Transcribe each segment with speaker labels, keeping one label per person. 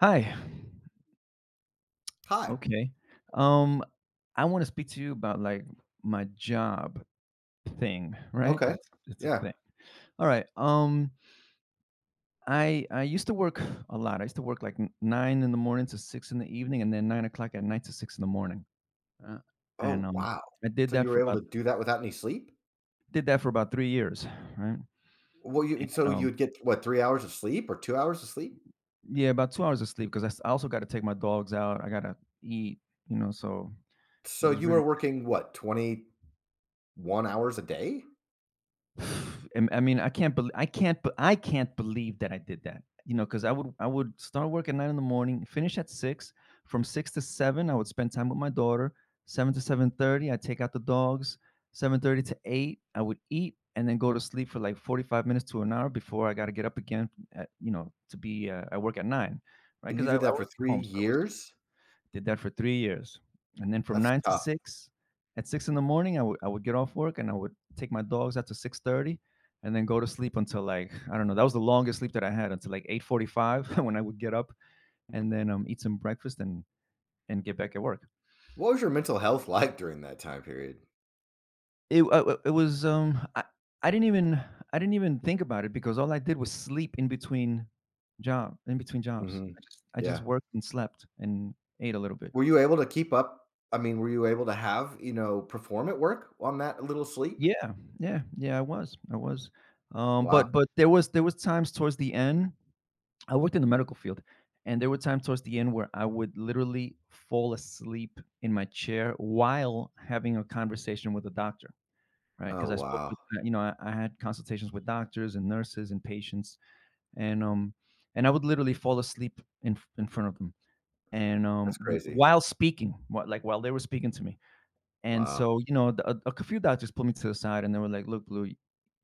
Speaker 1: Hi.
Speaker 2: Hi.
Speaker 1: Okay. Um, I want to speak to you about like my job thing, right? Because
Speaker 2: Okay.
Speaker 1: it's a
Speaker 2: Yeah.
Speaker 1: thing. All right. I used to work a lot. I used to work like nine in the morning to six in the evening, and then 9 o'clock at night to six in the morning. Uh, and
Speaker 2: Oh,
Speaker 1: um,
Speaker 2: wow.
Speaker 1: I did
Speaker 2: So you
Speaker 1: that
Speaker 2: were
Speaker 1: for
Speaker 2: able
Speaker 1: about
Speaker 2: to do that without any sleep?
Speaker 1: 3 years, right?
Speaker 2: Well, you
Speaker 1: And
Speaker 2: so you would get what, 3 hours of sleep or 2 hours of sleep?
Speaker 1: yeah, about 2 hours of sleep because I also got to take my dogs out. I got to eat. So it
Speaker 2: So
Speaker 1: was
Speaker 2: you were
Speaker 1: really
Speaker 2: working what, 21 hours a day?
Speaker 1: I mean, I can't believe that I did that. You know, because I would start work at nine in the morning, finish at six. From six to seven, I would spend time with my daughter. 7 to 7:30, I take out the dogs. 7:30 to eight, I would eat and then go to sleep for like 45 minutes to an hour before I got to get up again. At, you know, to be I work at nine, right?
Speaker 2: And
Speaker 1: Because
Speaker 2: you
Speaker 1: I,
Speaker 2: did
Speaker 1: I
Speaker 2: that for
Speaker 1: worked from
Speaker 2: 3
Speaker 1: home, so I was
Speaker 2: years?
Speaker 1: did that for 3 years, and then from
Speaker 2: That's
Speaker 1: 9 to
Speaker 2: tough.
Speaker 1: 6, at 6 in the morning, I would get off work and I would take my dogs out to 6:30 and then go to sleep until, like, I don't know, that was the longest sleep that I had until, like, 8:45 when I would get up and then, eat some breakfast and get back at work.
Speaker 2: What was your mental health like during that time period?
Speaker 1: It was, I didn't even I didn't even think about it because all I did was sleep in between jobs.
Speaker 2: Mhm.
Speaker 1: I just
Speaker 2: Yeah.
Speaker 1: worked and slept and ate a little bit.
Speaker 2: Were you able to keep up? I mean, were you able to have, you know, perform at work on that little sleep?
Speaker 1: Yeah, yeah, yeah, I was,
Speaker 2: Wow.
Speaker 1: but there was times towards the end. I worked in the medical field, and there were times towards the end where I would literally fall asleep in my chair while having a conversation with a doctor, right, because
Speaker 2: Oh,
Speaker 1: I spoke
Speaker 2: wow.
Speaker 1: with, you know, I had consultations with doctors and nurses and patients, and, um, and I would literally fall asleep in f in front of them, and,
Speaker 2: That's
Speaker 1: w
Speaker 2: crazy.
Speaker 1: while speaking, wh like, while they were speaking to me, and
Speaker 2: Wow.
Speaker 1: so, you know, a few doctors pulled me to the side and they were like, "Look, Blue,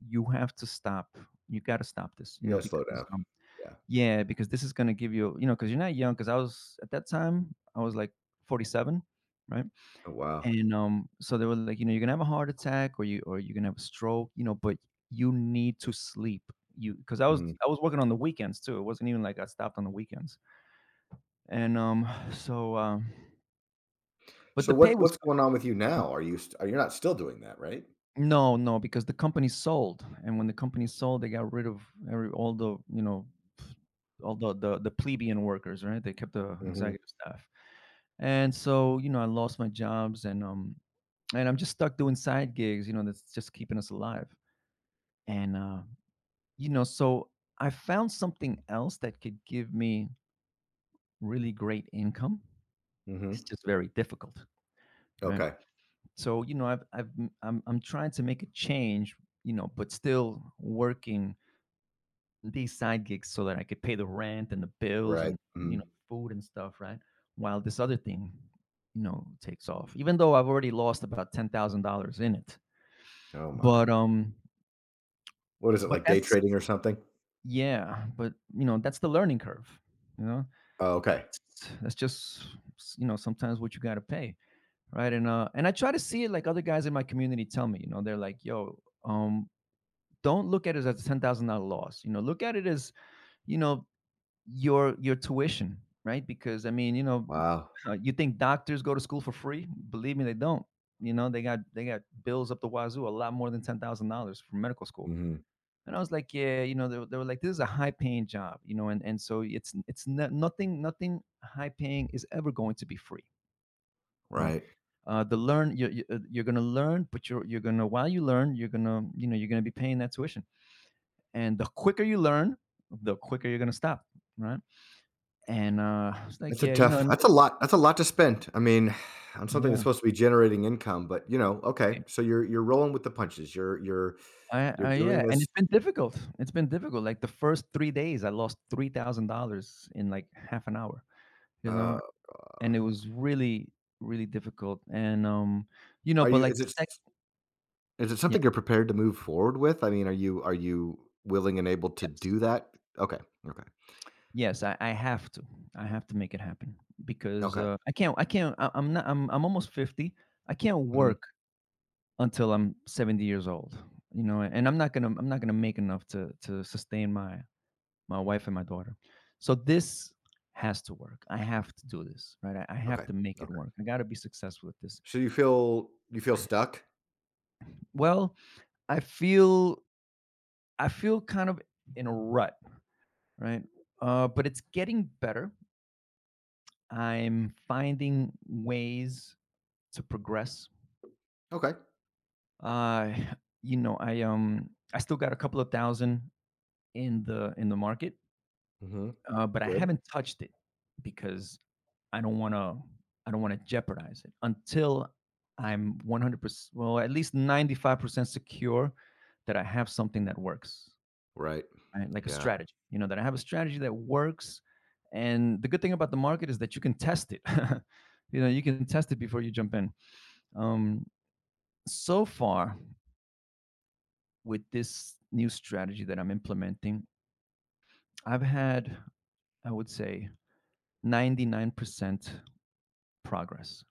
Speaker 1: you have to stop. You got to stop this, you
Speaker 2: You
Speaker 1: know,
Speaker 2: gotta slow
Speaker 1: because
Speaker 2: down. Yeah.
Speaker 1: yeah, because this is gonna give you, you know, because you're not young. Because I was at that time, I was like 47, right?
Speaker 2: Oh, wow.
Speaker 1: And so they were like, you know, you're gonna have a heart attack or you're gonna have a stroke, you know, but you need to sleep. You because
Speaker 2: Mhm.
Speaker 1: I was working on the weekends too. It wasn't even like I stopped on the weekends. And but
Speaker 2: So
Speaker 1: the pay
Speaker 2: what
Speaker 1: was.
Speaker 2: what's going on with you now? Are you're not still doing that, right?
Speaker 1: No, no, because the company sold, and when the company sold, they got rid of every all the you know all the plebeian workers, right? They kept the
Speaker 2: Mhm,
Speaker 1: executive staff, and so you know I lost my jobs, and I'm just stuck doing side gigs, you know, that's just keeping us alive, and so I found something else that could give me really great income. It's
Speaker 2: mhm.
Speaker 1: just very difficult, right?
Speaker 2: Okay,
Speaker 1: So you know I've m- I'm trying to make a change, you know, but still working these side gigs so that I could pay the rent and the bills
Speaker 2: right,
Speaker 1: and you know
Speaker 2: mm.
Speaker 1: food and stuff, right? While this other thing, you know, takes off. Even though I've already lost about $10,000 in it,
Speaker 2: Oh my.
Speaker 1: but um,
Speaker 2: What is it,
Speaker 1: but
Speaker 2: like day
Speaker 1: that's
Speaker 2: trading or something?
Speaker 1: yeah, but you know that's the learning curve. You know,
Speaker 2: Oh, okay.
Speaker 1: that's just you know sometimes what you got to pay, right? And I try to see it like other guys in my community tell me. You know, they're like, yo, um. Don't look at it as a $10,000 loss. You know, look at it as you know your tuition, right? Because I mean, you know,
Speaker 2: Wow.
Speaker 1: you think doctors go to school for free? Believe me, they don't. You know, they got bills up the wazoo, a lot more than $10,000 for medical school.
Speaker 2: Mhm,
Speaker 1: And I was like, yeah, you know, they were like, this is a high paying job, you know, and so it's not, nothing high paying is ever going to be free, right?
Speaker 2: right.
Speaker 1: The learn you're gonna learn, but you're gonna while you learn, you're gonna be paying that tuition, and the quicker you learn, the quicker you're gonna stop, right? And I like,
Speaker 2: That's a
Speaker 1: "Yeah, you know,"
Speaker 2: tough
Speaker 1: and
Speaker 2: that's a lot to spend. I mean, on something that's
Speaker 1: yeah,
Speaker 2: supposed to be generating income, but, you know, okay,
Speaker 1: right.
Speaker 2: so you're rolling with the punches. You're you're you're
Speaker 1: I yeah,
Speaker 2: doing
Speaker 1: and
Speaker 2: this,
Speaker 1: it's been difficult. It's been difficult, like, the first 3 days, I lost $3,000 in, like, half an hour, you know?
Speaker 2: uh
Speaker 1: And it was really, really difficult, and, you know,
Speaker 2: are
Speaker 1: but,
Speaker 2: you
Speaker 1: like,
Speaker 2: is it s is it
Speaker 1: yeah,
Speaker 2: something you're prepared to move forward with? I mean, are you willing and able to
Speaker 1: yes.
Speaker 2: do that? Okay, okay,
Speaker 1: Yes, I have to. I have to make it happen because,
Speaker 2: okay.
Speaker 1: I'm almost 50. I can't
Speaker 2: Mhm.
Speaker 1: work until I'm 70 years old, you know? And I'm not gonna make enough to sustain my wife and my daughter. So this has to work. I have to do this, right? I have
Speaker 2: Okay,
Speaker 1: to make it
Speaker 2: okay.
Speaker 1: work. I got to be successful with this.
Speaker 2: So you feel stuck?
Speaker 1: Well, I feel kind of in a rut, right? But it's getting better. I'm finding ways to progress.
Speaker 2: Okay.
Speaker 1: Uh, I still got a couple of thousand in the market,
Speaker 2: Mhm.
Speaker 1: but I
Speaker 2: Good.
Speaker 1: haven't touched it because I don't want to I don't want to jeopardize it until I'm 100% well, at least 95% secure that I have something that works,
Speaker 2: Right.
Speaker 1: right, like a
Speaker 2: Yeah.
Speaker 1: strategy, you know, that I have a strategy that works. And the good thing about the market is that you can test it you can test it before you jump in. um so far, with this new strategy that I'm implementing, I've had I would say 99% progress,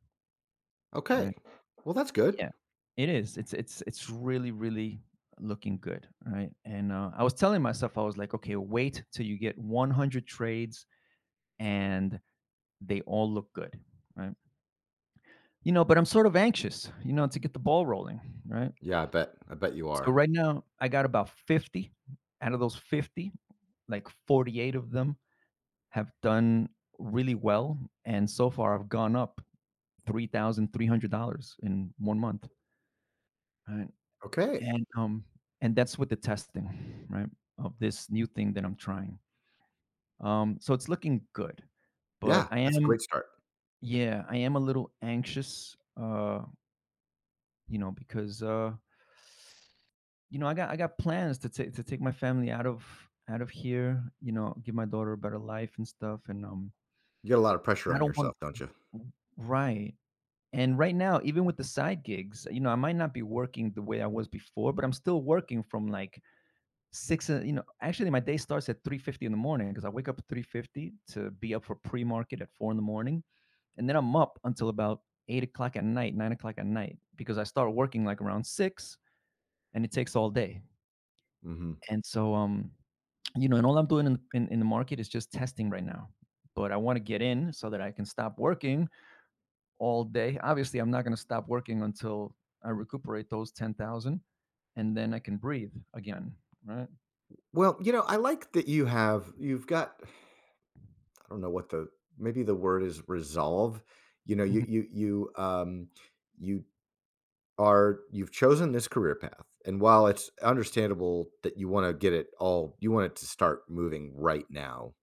Speaker 2: Okay.
Speaker 1: right?
Speaker 2: Well, that's good.
Speaker 1: Yeah, it is. It's really really looking good, right? And I was telling myself, I was like, okay, wait till you get 100 trades and they all look good, right? You know, but I'm sort of anxious, you know, to get the ball rolling, right?
Speaker 2: Yeah, I bet. I bet you
Speaker 1: So
Speaker 2: are.
Speaker 1: right now, I got about 50. Out of those 50, like 48 of them have done really well, and so far I've gone up $3,300 in one month, right?
Speaker 2: Okay.
Speaker 1: and um and that's with the testing, right, of this new thing that I'm trying. So it's looking good, but
Speaker 2: Yeah,
Speaker 1: I
Speaker 2: that's a
Speaker 1: am,
Speaker 2: great start.
Speaker 1: yeah, I am a little anxious, you know, because you know I got plans to take my family out of here, you know, give my daughter a better life and stuff, and
Speaker 2: You get a lot of pressure
Speaker 1: I
Speaker 2: on
Speaker 1: don't want
Speaker 2: yourself, don't you?
Speaker 1: to. Right. And right now, even with the side gigs, you know, I might not be working the way I was before, but I'm still working from like six you know actually my day starts at 3:50 in the morning because I wake up at 3:50 to be up for pre-market at 4 in the morning, and then I'm up until about 8 o'clock at night, 9 o'clock at night, because I start working like around 6 and it takes all day.
Speaker 2: Mhm.
Speaker 1: And so um you know and all I'm doing in the market is just testing right now, but I want to get in so that I can stop working all day. Obviously, I'm not going to stop working until I recuperate those 10,000, and then I can breathe again, right?
Speaker 2: Well, you know, I like that you've got I don't know what the maybe the word is resolve. You know, you
Speaker 1: Mhm.
Speaker 2: you you um you are you've chosen this career path, and while it's understandable that you wanna get it all, you want it to start moving right now.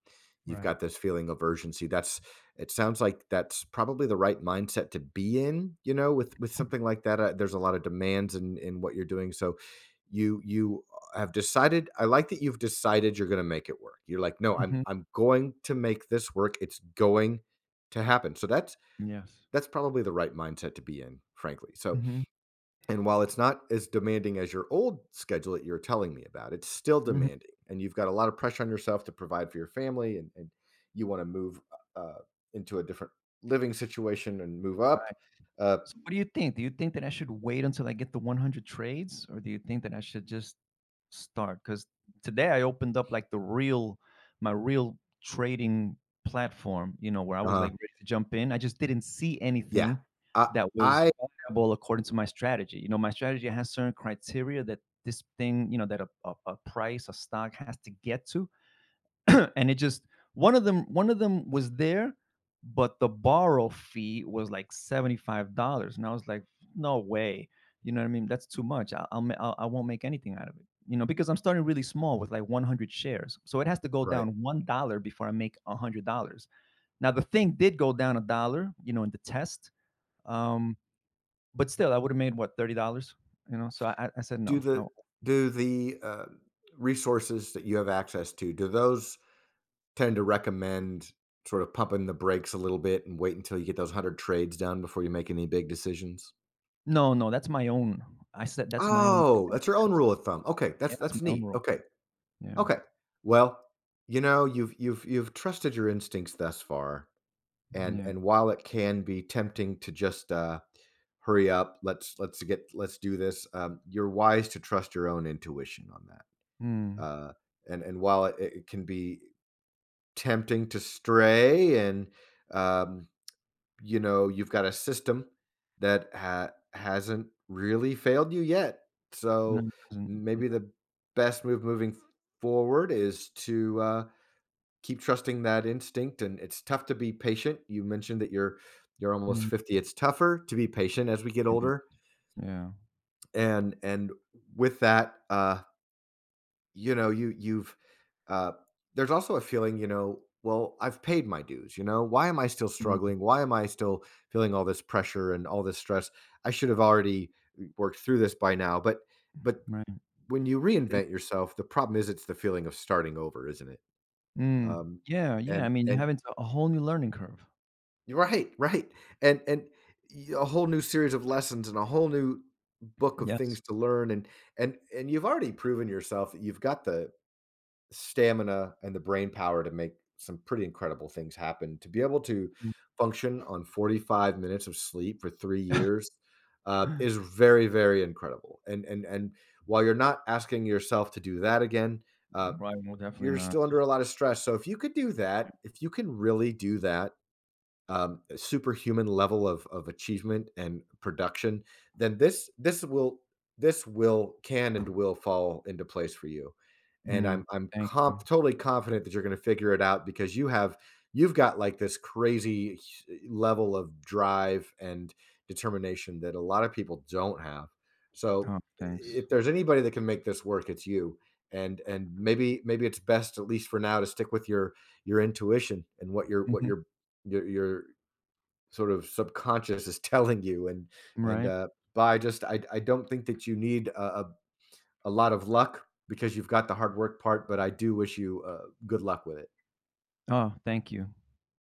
Speaker 2: You've
Speaker 1: Right.
Speaker 2: got this feeling of urgency, that's it sounds like that's probably the right mindset to be in, you know, with something like that. Uh, there's a lot of demands in what you're doing, so you have decided. I like that you've decided you're gonna make it work. You're like, "No, I'm
Speaker 1: Mhm.
Speaker 2: I'm going to make this work, it's going to happen." So
Speaker 1: Yes.
Speaker 2: that's probably the right mindset to be in, frankly. So,
Speaker 1: Mhm.
Speaker 2: and while it's not as demanding as your old schedule that you're telling me about, it's still
Speaker 1: Mhm.
Speaker 2: demanding. And you've got a lot of pressure on yourself to provide for your family, and you want to move uh, uh, into a different living situation and move up.
Speaker 1: Right.
Speaker 2: Uh,
Speaker 1: So what do you think? Do you think that I should wait until I get the 100 trades, or do you think that I should just start? Because today I opened up like my real trading platform, you know, where I was
Speaker 2: uh
Speaker 1: like ready to jump in. I just didn't see
Speaker 2: yeah.
Speaker 1: anything
Speaker 2: I,
Speaker 1: that was
Speaker 2: I,
Speaker 1: viable according to my strategy. You know, my strategy has certain criteria that this thing, you know, that a price, a stock has to get to. and it just one of them was there, but the borrow fee was like $75, and I was like, "No way." You know what I mean? That's too much. I I'll, ma- I'll I won't make anything out of it. You know, because I'm starting really small with like 100 shares. So it has to go
Speaker 2: right.
Speaker 1: down $1 before I make $100. Now the thing did go down a dollar, you know, in the test. Um but still I would have made what, $30, you know? So I said
Speaker 2: Do
Speaker 1: no.
Speaker 2: do the resources that you have access to, do those tend to recommend sort of pumping the brakes a little bit and wait until you get those 100 trades done before you make any big decisions?
Speaker 1: No, no, that's my own. I said that's my own.
Speaker 2: Oh, that's your own rule of thumb. Okay,
Speaker 1: Yeah, that's
Speaker 2: that's
Speaker 1: my own
Speaker 2: neat.
Speaker 1: rule.
Speaker 2: Okay.
Speaker 1: Yeah.
Speaker 2: Okay. Well, you know, you've trusted your instincts thus far,
Speaker 1: Yeah.
Speaker 2: and while it can be tempting to just hurry up, let's do this. Um, you're wise to trust your own intuition on that.
Speaker 1: Mm.
Speaker 2: Uh, and while it can be tempting to stray, and um, you know, you've got a system that hasn't really failed you yet.
Speaker 1: No,
Speaker 2: So
Speaker 1: it doesn't. Yeah.
Speaker 2: maybe the best move moving forward is to, keep trusting that instinct. And it's tough to be patient. You mentioned that you're almost 50, it's tougher to be patient as we get
Speaker 1: Yeah.
Speaker 2: older.
Speaker 1: Yeah.
Speaker 2: And with that, uh, you know, you've uh, there's also a feeling, you know, well, I've paid my dues, you know. Why am I still
Speaker 1: Mm.
Speaker 2: struggling? Why am I still feeling all this pressure and all this stress? I should have already, worked through this by now. But
Speaker 1: Right.
Speaker 2: when you reinvent yourself, the problem is it's the feeling of starting over, isn't it?
Speaker 1: Mm.
Speaker 2: Um,
Speaker 1: Yeah. Yeah. I mean, you're
Speaker 2: and
Speaker 1: having to a whole new learning curve.
Speaker 2: right, right. And a whole new series of lessons and a whole new book of things
Speaker 1: Yes.
Speaker 2: to learn, and you've already proven yourself that you've got the stamina and the brain power to make some pretty incredible things happen. To be able to
Speaker 1: Mm.
Speaker 2: function on 45 minutes of sleep for 3 years, is very, very incredible, and while you're not asking yourself to do that again, uh,
Speaker 1: Right. Well, definitely
Speaker 2: you're
Speaker 1: not.
Speaker 2: still under a lot of stress. So if you could do that, if you can really do that, superhuman level of achievement and production, then this will can and will fall into place for you. And
Speaker 1: Mm.
Speaker 2: I'm I'm
Speaker 1: Thank you.
Speaker 2: comp- totally confident that you're going to figure it out because you've got like this crazy level of drive and determination that a lot of people don't have. So
Speaker 1: Oh, thanks.
Speaker 2: if there's anybody that can make this work, it's you. And maybe maybe it's best at least for now to stick with your intuition and what
Speaker 1: Mhm.
Speaker 2: your sort of subconscious is telling you. And
Speaker 1: Right.
Speaker 2: uh, but I don't think that you need a lot of luck because you've got the hard work part, but I do wish you, good luck with it.
Speaker 1: Oh, thank you.